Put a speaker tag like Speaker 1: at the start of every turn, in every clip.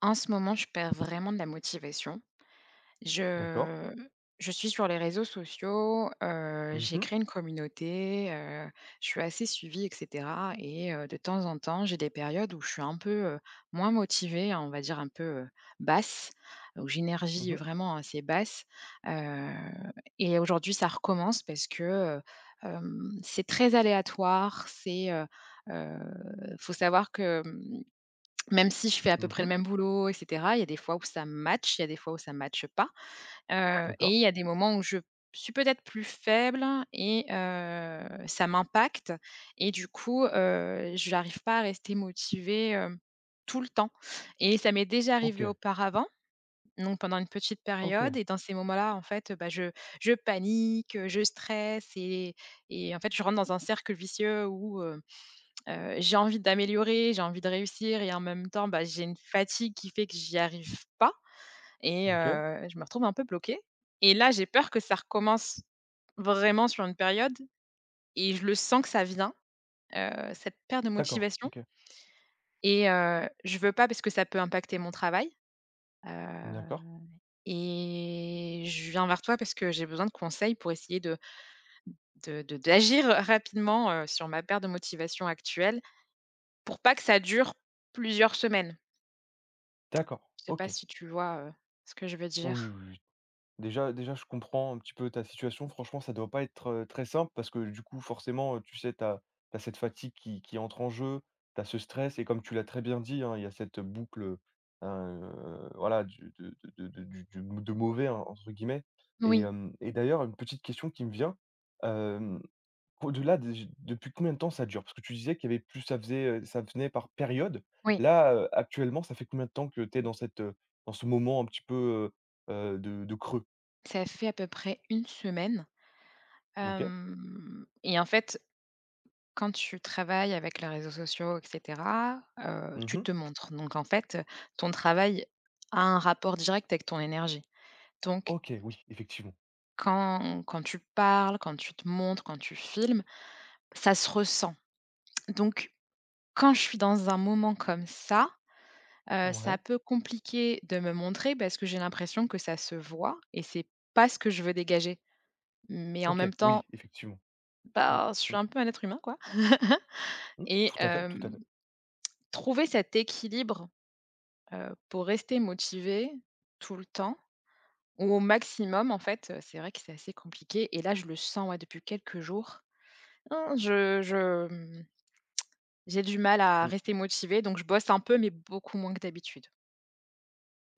Speaker 1: En ce moment, je perds vraiment de la motivation.
Speaker 2: D'accord.
Speaker 1: Je je suis sur les réseaux sociaux, j'ai
Speaker 2: Mhm.
Speaker 1: créé une communauté, je suis assez suivie et cetera et de temps en temps, j'ai des périodes où je suis un peu, heu, moins motivée, on va dire un peu, basse, où j'ai une
Speaker 2: Mhm. Mhm.
Speaker 1: vraiment assez basse, heu et aujourd'hui, ça recommence parce que, heu, c'est très aléatoire, heu, faut savoir que, même si je fais à peu près le même boulot et cetera, il y a des fois où ça matche, il y a des fois où ça matche pas, et
Speaker 2: D'accord.
Speaker 1: il y a des moments où je suis peut-être plus faible et ça m'impacte et du coup, j'arrive pas à rester motivée, tout le temps et ça m'est déjà arrivé
Speaker 2: OK.
Speaker 1: auparavant, donc pendant une petite
Speaker 2: OK.
Speaker 1: période et dans ces moments-là, en fait, bah, je panique, je stresse et en fait, je rentre dans un cercle vicieux où, j'ai envie d'améliorer, j'ai envie de réussir et en même temps, bah, j'ai une fatigue qui fait que j'y arrive pas et
Speaker 2: OK.
Speaker 1: je me retrouve un peu bloquée et là, j'ai peur que ça recommence vraiment sur une période et je le sens que ça vient, cette perte de
Speaker 2: D'accord.
Speaker 1: motivation
Speaker 2: OK.
Speaker 1: et je veux pas parce que ça peut impacter mon travail,
Speaker 2: D'accord.
Speaker 1: heu et je viens vers toi parce que j'ai besoin de conseils pour essayer de d'agir rapidement, sur ma perte de motivation actuelle pour pas que ça dure plusieurs semaines.
Speaker 2: D'accord.
Speaker 1: Je sais pas
Speaker 2: OK.
Speaker 1: si tu vois, ce que je veux
Speaker 2: Oui,
Speaker 1: dire?
Speaker 2: oui, oui. Déjà, je comprends un petit peu ta situation. Franchement, ça doit pas être, très simple parce que du coup, forcément, tu sais, tu as cette fatigue qui entre en jeu, tu as ce stress et comme tu l'as très bien dit, hein, il y a cette boucle, voilà, du de du «de mauvais» hein, entre guillemets et
Speaker 1: Oui,
Speaker 2: hem et d'ailleurs, une petite question qui me vient. Au-delà des depuis combien de temps ça dure? Parce que tu disais qu'il y avait plus ça faisait, ça venait par période.
Speaker 1: oui.
Speaker 2: Là, actuellement, ça fait combien de temps que tu es dans cette, dans ce moment un petit peu, de creux?
Speaker 1: Ça fait à peu près une semaine,
Speaker 2: OK.
Speaker 1: hem et en fait, quand tu travailles avec les réseaux sociaux et cetera, tu
Speaker 2: Mmh.
Speaker 1: te montres. Donc en fait, ton travail a un rapport direct avec ton énergie. Donc
Speaker 2: OK, oui, effectivement.
Speaker 1: quand tu parles, quand tu te montres, quand tu filmes, ça se ressent. Donc quand je suis dans un moment comme ça, ça
Speaker 2: Ouais.
Speaker 1: peut compliquer de me montrer parce que j'ai l'impression que ça se voit et c'est pas ce que je veux dégager. Mais en même
Speaker 2: OK,
Speaker 1: temps,
Speaker 2: oui, effectivement. Mmh,
Speaker 1: bah, je suis
Speaker 2: mmh,
Speaker 1: un peu un être humain quoi
Speaker 2: mmh.
Speaker 1: et
Speaker 2: Tout à fait, tout à fait.
Speaker 1: trouver cet équilibre, pour rester motivé tout le temps ou au maximum en fait, c'est vrai que c'est assez compliqué et là je le sens, ouais, depuis quelques jours. Hein, j'ai du mal à
Speaker 2: Mmh.
Speaker 1: rester motivée donc je bosse un peu mais beaucoup moins que d'habitude.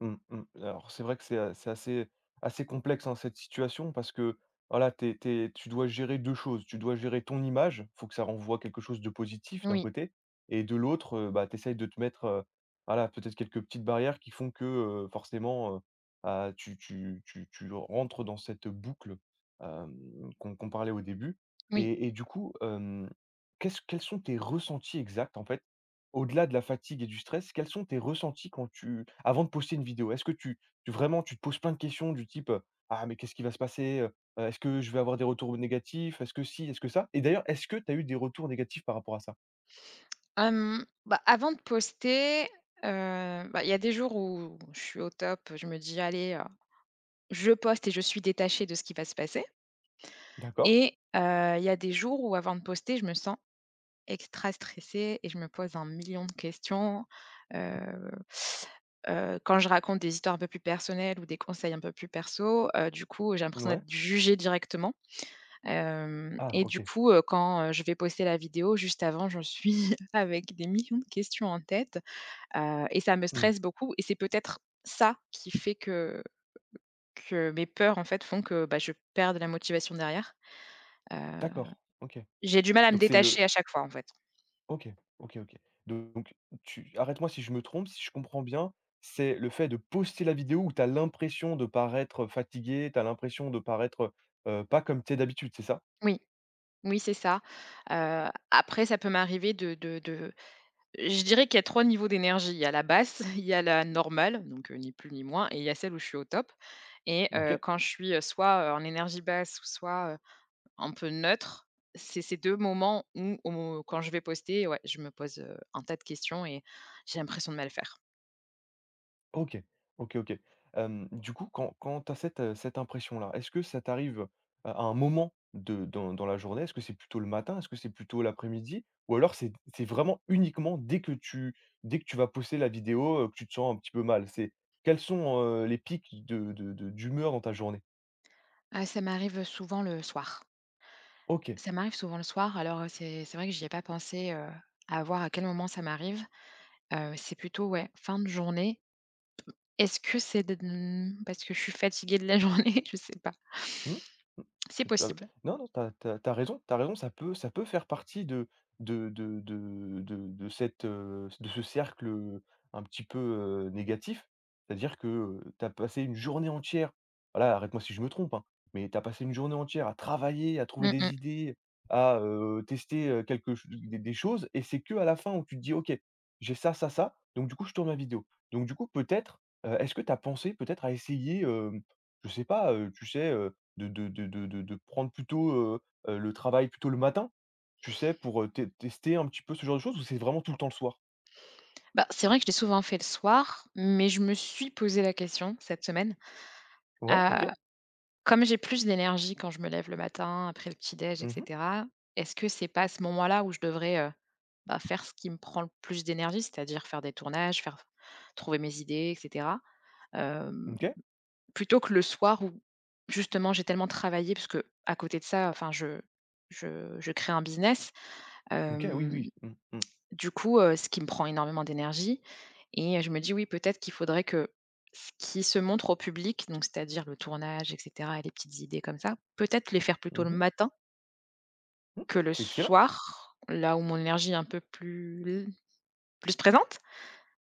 Speaker 2: Mmh mh. Alors c'est vrai que c'est assez complexe, hein, cette situation parce que voilà, tu tu dois gérer 2 choses. Tu dois gérer ton image, faut que ça renvoie quelque chose de positif d'un
Speaker 1: Oui,
Speaker 2: côté et de l'autre, bah, tu essayes de te mettre, voilà, peut-être quelques petites barrières qui font que, forcément, bah, tu rentres dans cette boucle, hem, qu'on parlait au début
Speaker 1: oui.
Speaker 2: et du coup, qu'est-ce quels sont tes ressentis exacts en fait? Au-delà de la fatigue et du stress, quels sont tes ressentis quand tu avant de poster une vidéo? Est-ce que tu vraiment tu te poses plein de questions du type: «Ah mais qu'est-ce qui va se passer, heu? Est-ce que je vais avoir des retours négatifs? Est-ce que si, est-ce que ça?» Et d'ailleurs, est-ce que tu as eu des retours négatifs par rapport à ça?
Speaker 1: Hem, bah, avant de poster, bah, il y a des jours où je suis au top, je me dis: «Allez, je poste et je suis détachée de ce qui va se passer»
Speaker 2: D'accord.
Speaker 1: et il y a des jours où avant de poster, je me sens extra stressée et je me pose un million de questions. Heu quand je raconte des histoires un peu plus personnelles ou des conseils un peu plus perso, du coup, j'ai l'impression
Speaker 2: Ouais.
Speaker 1: d'être jugée directement. Hem
Speaker 2: Ah
Speaker 1: et du
Speaker 2: OK.
Speaker 1: coup, quand, je vais poster la vidéo, juste avant, je suis avec des millions de questions en tête. Et ça me
Speaker 2: Mmh.
Speaker 1: stresse beaucoup et c'est peut-être ça qui fait que mes peurs, en fait, font que, bah, je perds de la motivation derrière. Heu,
Speaker 2: D'accord. OK.
Speaker 1: j'ai du mal à me
Speaker 2: Donc c'est le
Speaker 1: détacher à chaque fois, en fait.
Speaker 2: OK, OK, OK. Donc tu arrête-moi si je me trompe, si je comprends bien, c'est le fait de poster la vidéo où tu as l'impression de paraître fatigué, tu as l'impression de paraître, pas comme tu es d'habitude, c'est ça?
Speaker 1: Oui, oui, c'est ça. Après ça peut m'arriver de je dirais qu'il y a 3 niveaux d'énergie. Il y a la basse, il y a la normale, donc ni plus ni moins et il y a celle où je suis au top et
Speaker 2: OK.
Speaker 1: quand je suis, soit, en énergie basse ou soit, un peu neutre. C'est ces 2 moments où au mo quand je vais poster, ouais, je me pose, un tas de questions et j'ai l'impression de mal faire.
Speaker 2: OK. OK, OK. Hem, du coup, quand tu as cette, cette impression-là, est-ce que ça t'arrive à un moment de dans la journée? Est-ce que c'est plutôt le matin? Est-ce que c'est plutôt l'après-midi? Ou alors c'est vraiment uniquement dès que tu vas poster la vidéo, que tu te sens un petit peu mal? C'est quels sont, les pics de d'humeur dans ta journée?
Speaker 1: Ah, ça m'arrive, souvent le soir.
Speaker 2: OK.
Speaker 1: Ça m'arrive souvent le soir, alors, c'est vrai que j'y ai pas pensé, à voir à quel moment ça m'arrive. C'est plutôt, ouais, fin de journée. Est-ce que c'est de parce que je suis fatiguée de la journée? Je sais pas.
Speaker 2: Mmh. Mmh.
Speaker 1: C'est
Speaker 2: C'est ça
Speaker 1: possible.
Speaker 2: non, non, t'as as tu raison t'as raison, ça peut faire partie de cette, de ce cercle, un petit peu, négatif. C'est-à-dire que, tu passé une journée entière, voilà, arrête-moi si je me trompe, hein, mais t'as passé une journée entière à travailler, à trouver
Speaker 1: Mmh mh.
Speaker 2: des idées, à, tester, quelque ch des choses et c'est que à la fin où tu te dis: «OK, j'ai ça, ça, ça, donc du coup je tourne ma vidéo». Donc du coup peut-être, est-ce que t'as pensé peut-être à essayer, je sais pas, tu sais, de prendre plutôt, le travail plutôt le matin, tu sais, pour, té tester un petit peu ce genre de choses ou c'est vraiment tout le temps le soir?
Speaker 1: Bah, c'est vrai que je l'ai souvent fait le soir, mais je me suis posé la question cette semaine.
Speaker 2: Ouais, OK.
Speaker 1: Comme j'ai plus d'énergie quand je me lève le matin, après le petit-déj et
Speaker 2: Mmh.
Speaker 1: cetera, est-ce que c'est pas à ce moment-là où je devrais, bah, faire ce qui me prend le plus d'énergie, c'est-à-dire faire des tournages, faire trouver mes idées et cetera, hem,
Speaker 2: OK.
Speaker 1: plutôt que le soir où justement j'ai tellement travaillé parce que à côté de ça, enfin je crée un business,
Speaker 2: OK, oui,
Speaker 1: hem
Speaker 2: oui. Mmh mh.
Speaker 1: du coup, ce qui me prend énormément d'énergie et je me dis: «Oui, peut-être qu'il faudrait que ce qui se montre au public, donc c'est-à-dire le tournage et cetera et les petites idées comme ça, peut-être les faire
Speaker 2: Mmh
Speaker 1: plutôt le
Speaker 2: mh.
Speaker 1: matin
Speaker 2: Mmh.
Speaker 1: que le
Speaker 2: C'est excellent.
Speaker 1: soir, là où mon énergie est un peu plus plus présente,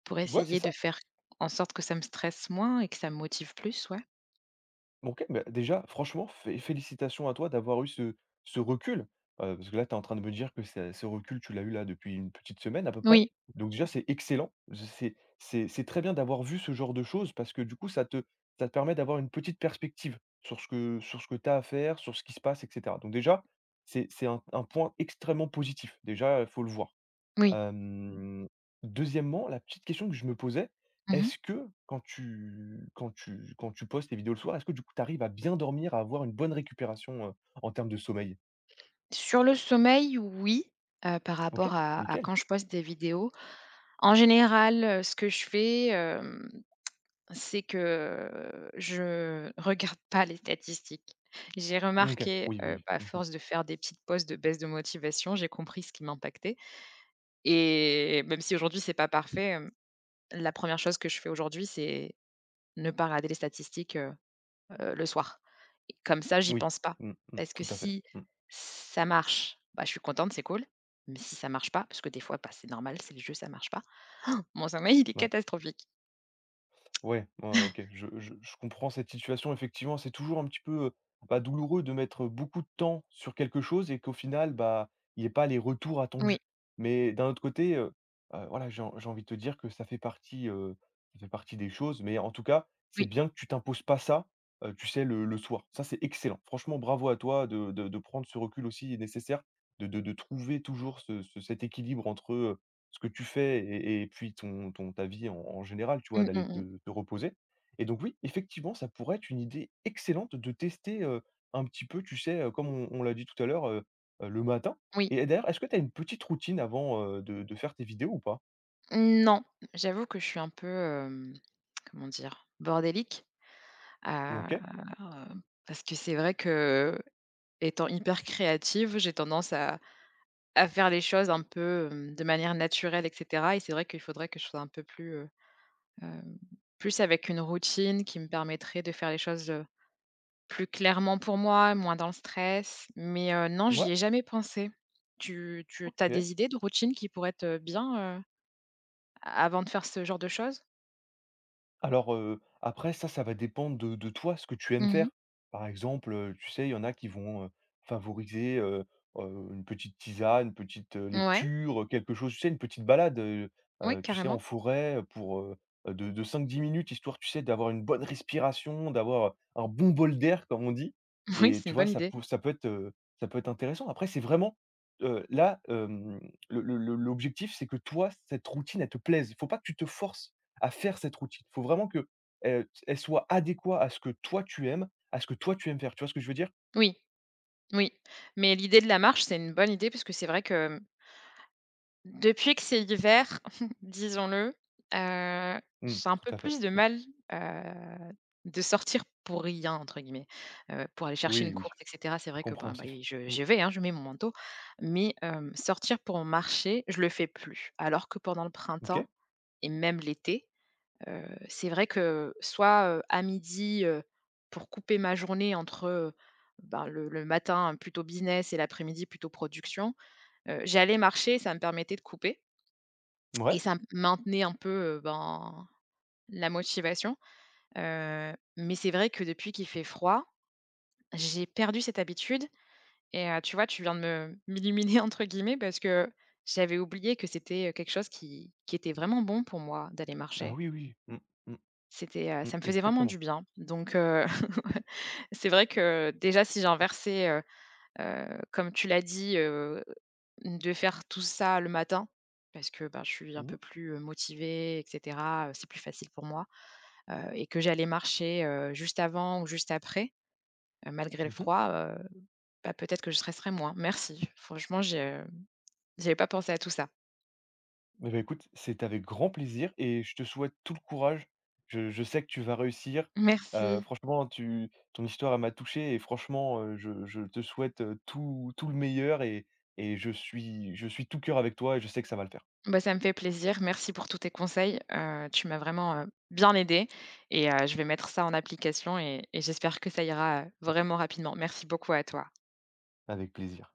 Speaker 1: pour
Speaker 2: Ouais, c'est
Speaker 1: essayer de
Speaker 2: ça.
Speaker 1: faire en sorte que ça me stresse moins et que ça me motive plus», ouais.
Speaker 2: OK, bah, déjà, franchement, fé félicitations à toi d'avoir eu ce ce recul, parce que là, tu es en train de me dire que ce recul, tu l'as eu là depuis une petite semaine à peu près.
Speaker 1: Oui,
Speaker 2: Donc déjà, c'est excellent. C'est très bien d'avoir vu ce genre de choses parce que du coup, ça te permet d'avoir une petite perspective sur ce que tu as à faire, sur ce qui se passe et cetera. Donc déjà, c'est un point extrêmement positif. Déjà, il faut le voir.
Speaker 1: oui.
Speaker 2: Hem, deuxièmement, la petite question que je me posais,
Speaker 1: Mmh.
Speaker 2: est-ce que quand tu postes tes vidéos le soir, est-ce que du coup tu arrives à bien dormir, à avoir une bonne récupération, en termes de sommeil?
Speaker 1: Sur le sommeil, oui, par
Speaker 2: OK,
Speaker 1: rapport à
Speaker 2: nickel.
Speaker 1: quand je poste des vidéos. En général, ce que je fais, c'est que je regarde pas les statistiques. J'ai
Speaker 2: Mmh, OK.
Speaker 1: remarqué,
Speaker 2: Oui, oui. Oui.
Speaker 1: bah, à
Speaker 2: Mmh.
Speaker 1: force de faire des petites pauses de baisse de motivation, j'ai compris ce qui m'impactait et même si aujourd'hui c'est pas parfait, la première chose que je fais aujourd'hui, c'est ne pas regarder les statistiques, le soir et comme ça, j'y
Speaker 2: Oui.
Speaker 1: pense pas.
Speaker 2: Mmh mh.
Speaker 1: Parce que
Speaker 2: Tout à fait.
Speaker 1: si
Speaker 2: Mmh.
Speaker 1: ça marche, bah, je suis contente, c'est cool, mais si ça marche pas, parce que des fois, bah, c'est normal, c'est le jeu, ça marche pas, mon sommeil, il est
Speaker 2: Ouais.
Speaker 1: catastrophique.
Speaker 2: Ouais, ouais, ouais, OK. Je comprends cette situation. Effectivement, c'est toujours un petit peu, bah, douloureux de mettre beaucoup de temps sur quelque chose et qu'au final, bah, il y ait pas les retours attendus.
Speaker 1: Oui,
Speaker 2: Mais d'un autre côté, voilà, j'ai en j'ai envie de te dire que ça fait partie des choses. Mais en tout cas, c'est
Speaker 1: oui.
Speaker 2: bien que tu t'imposes pas ça, tu sais, le soir. Ça, c'est excellent. Franchement, bravo à toi de prendre ce recul aussi nécessaire, de trouver toujours ce ce cet équilibre entre, ce que tu fais et puis ton ta vie en général, tu vois?
Speaker 1: Mmh,
Speaker 2: D'aller
Speaker 1: mmh mh.
Speaker 2: te reposer et donc oui, effectivement, ça pourrait être une idée excellente de tester, un petit peu, tu sais, comme on l'a dit tout à l'heure, le matin.
Speaker 1: Oui.
Speaker 2: Et d'ailleurs, est-ce que tu as une petite routine avant, de faire tes vidéos ou pas?
Speaker 1: Non, j'avoue que je suis un peu, comment dire? Bordélique. Heu,
Speaker 2: OK.
Speaker 1: parce que c'est vrai que étant hyper créative, j'ai tendance à faire les choses un peu, de manière naturelle et cetera et c'est vrai qu'il faudrait que je sois un peu plus, hem, plus avec une routine qui me permettrait de faire les choses, plus clairement pour moi, moins dans le stress. Mais, non, j'y
Speaker 2: Mouais,
Speaker 1: ai jamais pensé. Tu as
Speaker 2: OK.
Speaker 1: des idées de routine qui pourraient être, bien, avant de faire ce genre de choses?
Speaker 2: Alors, après ça, ça va dépendre de toi, ce que tu aimes
Speaker 1: Mmh.
Speaker 2: faire. Par exemple, tu sais, il y en a qui vont, favoriser, une petite tisane, une petite,
Speaker 1: Ouais.
Speaker 2: lecture, quelque chose, tu sais, une petite balade,
Speaker 1: Oui,
Speaker 2: tu sais,
Speaker 1: carrément.
Speaker 2: en forêt, pour, de 5-10 minutes, histoire, tu sais, d'avoir une bonne respiration, d'avoir un bon bol d'air, comme on dit
Speaker 1: Oui,
Speaker 2: et
Speaker 1: c'est
Speaker 2: tu
Speaker 1: une
Speaker 2: vois,
Speaker 1: bonne idée.
Speaker 2: ça peut être intéressant. Après, c'est vraiment, là, le l'objectif, c'est que toi, cette routine, elle te plaise. Il faut pas que tu te forces à faire cette routine. Il faut vraiment que, elle soit adéquate à ce que toi tu aimes, à ce que toi tu aimes faire. Tu vois ce que je veux dire?
Speaker 1: Oui, oui. Mais l'idée de la marche, c'est une bonne idée parce que c'est vrai que depuis que c'est l'hiver, disons-le,
Speaker 2: Mmh,
Speaker 1: j'ai un peu
Speaker 2: tout à fait.
Speaker 1: plus de
Speaker 2: Mmh.
Speaker 1: mal, heu, de sortir «pour rien» entre guillemets, pour aller chercher une
Speaker 2: Oui, oui,
Speaker 1: course et cetera. C'est vrai que, ben, bah,
Speaker 2: compréhensif.
Speaker 1: i je
Speaker 2: Mmh.
Speaker 1: j'y vais, hein, je mets mon manteau, mais sortir pour marcher, je le fais plus. Alors que pendant le printemps
Speaker 2: OK.
Speaker 1: et même l'été, Heu, c'est vrai que soit, à midi, pour couper ma journée entre, ben, le matin plutôt business et l'après-midi plutôt production, j'allais marcher, ça me permettait de couper et
Speaker 2: Ouais.
Speaker 1: ça me maintenait un peu, ben, la motivation. Mais c'est vrai que depuis qu'il fait froid, j'ai perdu cette habitude et tu vois, tu viens de me m'illuminer entre guillemets parce que j'avais oublié que c'était, quelque chose qui était vraiment bon pour moi d'aller
Speaker 2: Ah
Speaker 1: marcher.
Speaker 2: oui, oui. Mmh, mmh,
Speaker 1: C'était,
Speaker 2: mmh,
Speaker 1: ça me faisait vraiment
Speaker 2: exactement.
Speaker 1: du bien donc c'est vrai que déjà si j'inversais, comme tu l'as dit, de faire tout ça le matin parce que, ben, je suis un
Speaker 2: Mmh
Speaker 1: peu
Speaker 2: mh.
Speaker 1: plus, motivée et cetera, c'est plus facile pour moi, et que j'allais marcher, juste avant ou juste après, malgré le
Speaker 2: Mmh.
Speaker 1: froid, bah, peut-être que je stresserais moins. Merci, franchement, j'ai, j'avais pas pensé à tout ça.
Speaker 2: Eh beh, écoute, c'est avec grand plaisir et je te souhaite tout le courage. Je sais que tu vas réussir.
Speaker 1: Merci.
Speaker 2: Franchement, tu ton histoire, elle m'a touché et franchement, je te souhaite, tout le meilleur et je suis tout cœur avec toi et je sais que ça va le faire.
Speaker 1: Bah, ça me fait plaisir. Merci pour tous tes conseils. Tu m'as vraiment, bien aidée et je vais mettre ça en application et j'espère que ça ira, vraiment rapidement. Merci beaucoup à toi.
Speaker 2: Avec plaisir.